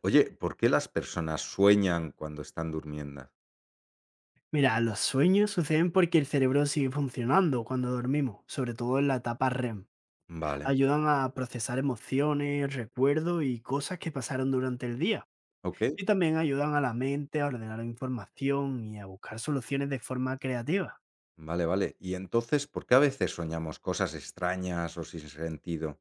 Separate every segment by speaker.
Speaker 1: Oye, ¿por qué las personas sueñan cuando están durmiendo?
Speaker 2: Mira, los sueños suceden porque el cerebro sigue funcionando cuando dormimos, sobre todo en la etapa REM.
Speaker 1: Vale,
Speaker 2: Ayudan a procesar emociones, recuerdos y cosas que pasaron durante el día.
Speaker 1: ok,
Speaker 2: Y también ayudan a la mente a ordenar información y a buscar soluciones de forma creativa.
Speaker 1: vale, vale. Y entonces, ¿por qué a veces soñamos cosas extrañas o sin sentido?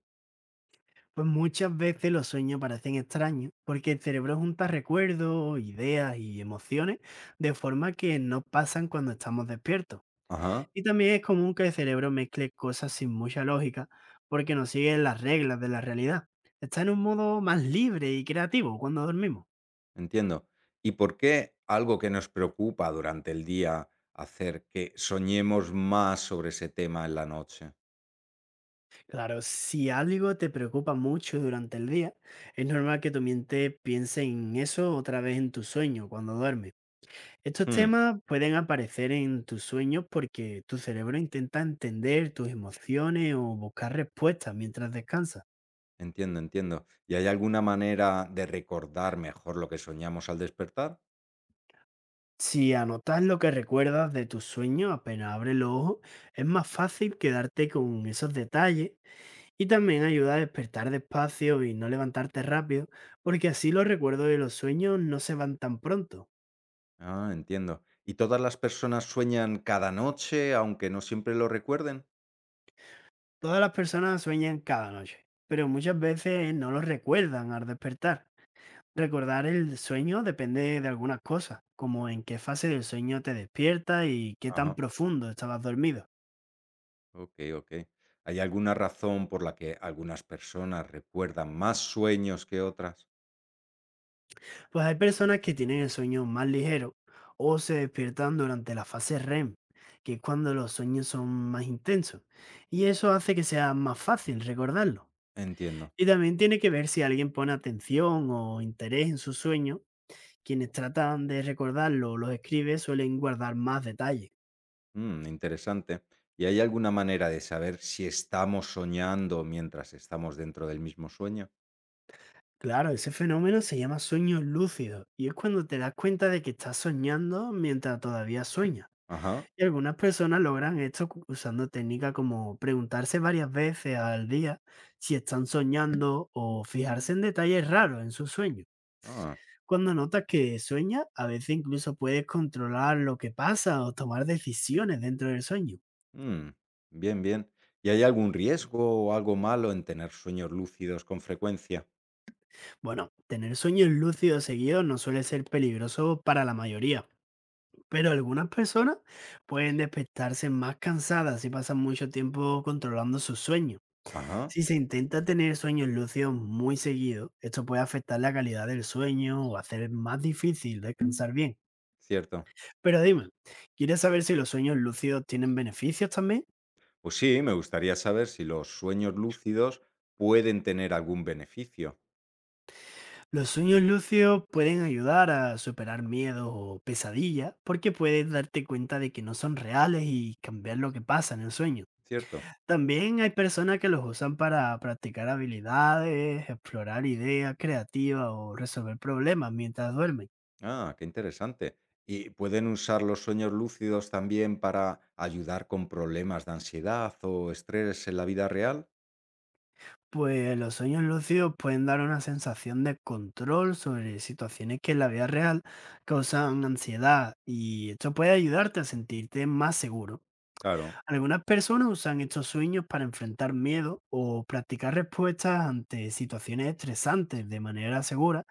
Speaker 2: Pues muchas veces los sueños parecen extraños porque el cerebro junta recuerdos, ideas y emociones de forma que no pasan cuando estamos despiertos.
Speaker 1: Ajá,
Speaker 2: Y también es común que el cerebro mezcle cosas sin mucha lógica porque no sigue las reglas de la realidad. Está en un modo más libre y creativo cuando dormimos.
Speaker 1: entiendo. ¿Y por qué algo que nos preocupa durante el día hacer que soñemos más sobre ese tema en la noche?
Speaker 2: Claro, si algo te preocupa mucho durante el día, es normal que tu mente piense en eso otra vez en tu sueño cuando duermes. Estos
Speaker 1: Hmm,
Speaker 2: temas pueden aparecer en tus sueños porque tu cerebro intenta entender tus emociones o buscar respuestas mientras descansas.
Speaker 1: entiendo, entiendo. ¿Y hay alguna manera de recordar mejor lo que soñamos al despertar?
Speaker 2: Si anotas lo que recuerdas de tus sueños apenas abres los ojos, es más fácil quedarte con esos detalles, y también ayuda a despertar despacio y no levantarte rápido, porque así los recuerdos de los sueños no se van tan pronto.
Speaker 1: Ah, entiendo. ¿Y todas las personas sueñan cada noche, aunque no siempre lo recuerden?
Speaker 2: Todas las personas sueñan cada noche, pero muchas veces no los recuerdan al despertar. Recordar el sueño depende de algunas cosas, como en qué fase del sueño te despiertas y qué tan
Speaker 1: Ajá,
Speaker 2: profundo estabas dormido.
Speaker 1: okey, okey. ¿Hay alguna razón por la que algunas personas recuerdan más sueños que otras?
Speaker 2: Pues hay personas que tienen el sueño más ligero o se despiertan durante la fase REM, que es cuando los sueños son más intensos, y eso hace que sea más fácil recordarlo.
Speaker 1: Entiendo.
Speaker 2: Y también tiene que ver si alguien pone atención o interés en su sueño. Quienes tratan de recordarlo o los escribe suelen guardar más detalles.
Speaker 1: Mm, interesante. ¿Y hay alguna manera de saber si estamos soñando mientras estamos dentro del mismo sueño?
Speaker 2: Claro, ese fenómeno se llama sueños lúcidos, y es cuando te das cuenta de que estás soñando mientras todavía sueñas.
Speaker 1: Ajá,
Speaker 2: Y algunas personas logran esto usando técnicas como preguntarse varias veces al día si están soñando o fijarse en detalles raros en sus sueños.
Speaker 1: ah,
Speaker 2: Cuando notas que sueñas, a veces incluso puedes controlar lo que pasa o tomar decisiones dentro del sueño.
Speaker 1: mm, bien, bien. ¿Y hay algún riesgo o algo malo en tener sueños lúcidos con frecuencia?
Speaker 2: Bueno, tener sueños lúcidos seguidos no suele ser peligroso para la mayoría, pero algunas personas pueden despertarse más cansadas si pasan mucho tiempo controlando sus sueños.
Speaker 1: Ajá,
Speaker 2: Si se intenta tener sueños lúcidos muy seguido, esto puede afectar la calidad del sueño o hacer más difícil descansar bien.
Speaker 1: cierto.
Speaker 2: Pero dime, ¿quieres saber si los sueños lúcidos tienen beneficios también?
Speaker 1: Pues sí, me gustaría saber si los sueños lúcidos pueden tener algún beneficio,
Speaker 2: Los sueños lúcidos pueden ayudar a superar miedos o pesadillas, porque puedes darte cuenta de que no son reales y cambiar lo que pasa en el sueño.
Speaker 1: ¿cierto?
Speaker 2: También hay personas que los usan para practicar habilidades, explorar ideas creativas o resolver problemas mientras duermen.
Speaker 1: Ah, qué interesante. ¿Y pueden usar los sueños lúcidos también para ayudar con problemas de ansiedad o estrés en la vida real?
Speaker 2: Pues los sueños lúcidos pueden dar una sensación de control sobre situaciones que en la vida real causan ansiedad, y esto puede ayudarte a sentirte más seguro.
Speaker 1: Claro,
Speaker 2: Algunas personas usan estos sueños para enfrentar miedo o practicar respuestas ante situaciones estresantes de manera segura,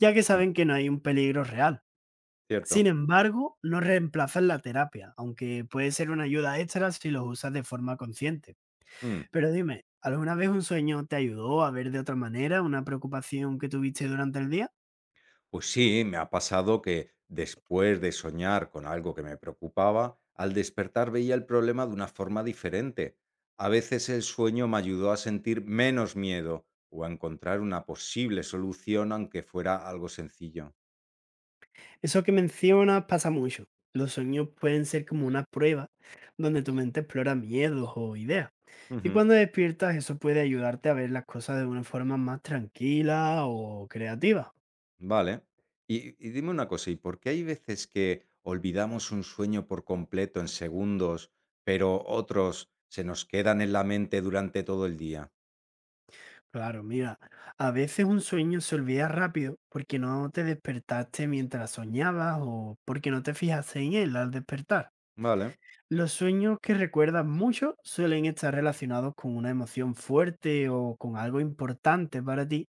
Speaker 2: ya que
Speaker 1: mm,
Speaker 2: saben que no hay un peligro real. Sin
Speaker 1: cierto.
Speaker 2: embargo, no reemplazan la terapia, aunque puede ser una ayuda extra si los usas de forma consciente.
Speaker 1: Mm,
Speaker 2: Pero dime, ¿alguna vez un sueño te ayudó a ver de otra manera una preocupación que tuviste durante el día?
Speaker 1: pues sí, me ha pasado que después de soñar con algo que me preocupaba, al despertar veía el problema de una forma diferente. A veces el sueño me ayudó a sentir menos miedo o a encontrar una posible solución, aunque fuera algo sencillo.
Speaker 2: Eso que mencionas pasa mucho. Los sueños pueden ser como una prueba donde tu mente explora miedos o ideas. Y cuando despiertas, eso puede ayudarte a ver las cosas de una forma más tranquila o creativa.
Speaker 1: Vale. Y dime una cosa, ¿y por qué hay veces que olvidamos un sueño por completo en segundos, pero otros se nos quedan en la mente durante todo el día?
Speaker 2: Claro, mira, a veces un sueño se olvida rápido porque no te despertaste mientras soñabas o porque no te fijaste en él al despertar.
Speaker 1: Vale,
Speaker 2: Los sueños que recuerdan mucho suelen estar relacionados con una emoción fuerte o con algo importante para ti,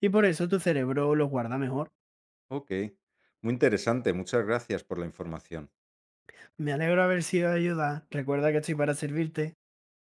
Speaker 2: y por eso tu cerebro los guarda mejor.
Speaker 1: ok. Muy interesante, muchas gracias por la información.
Speaker 2: Me alegro haber sido de ayuda. Recuerda que estoy para servirte.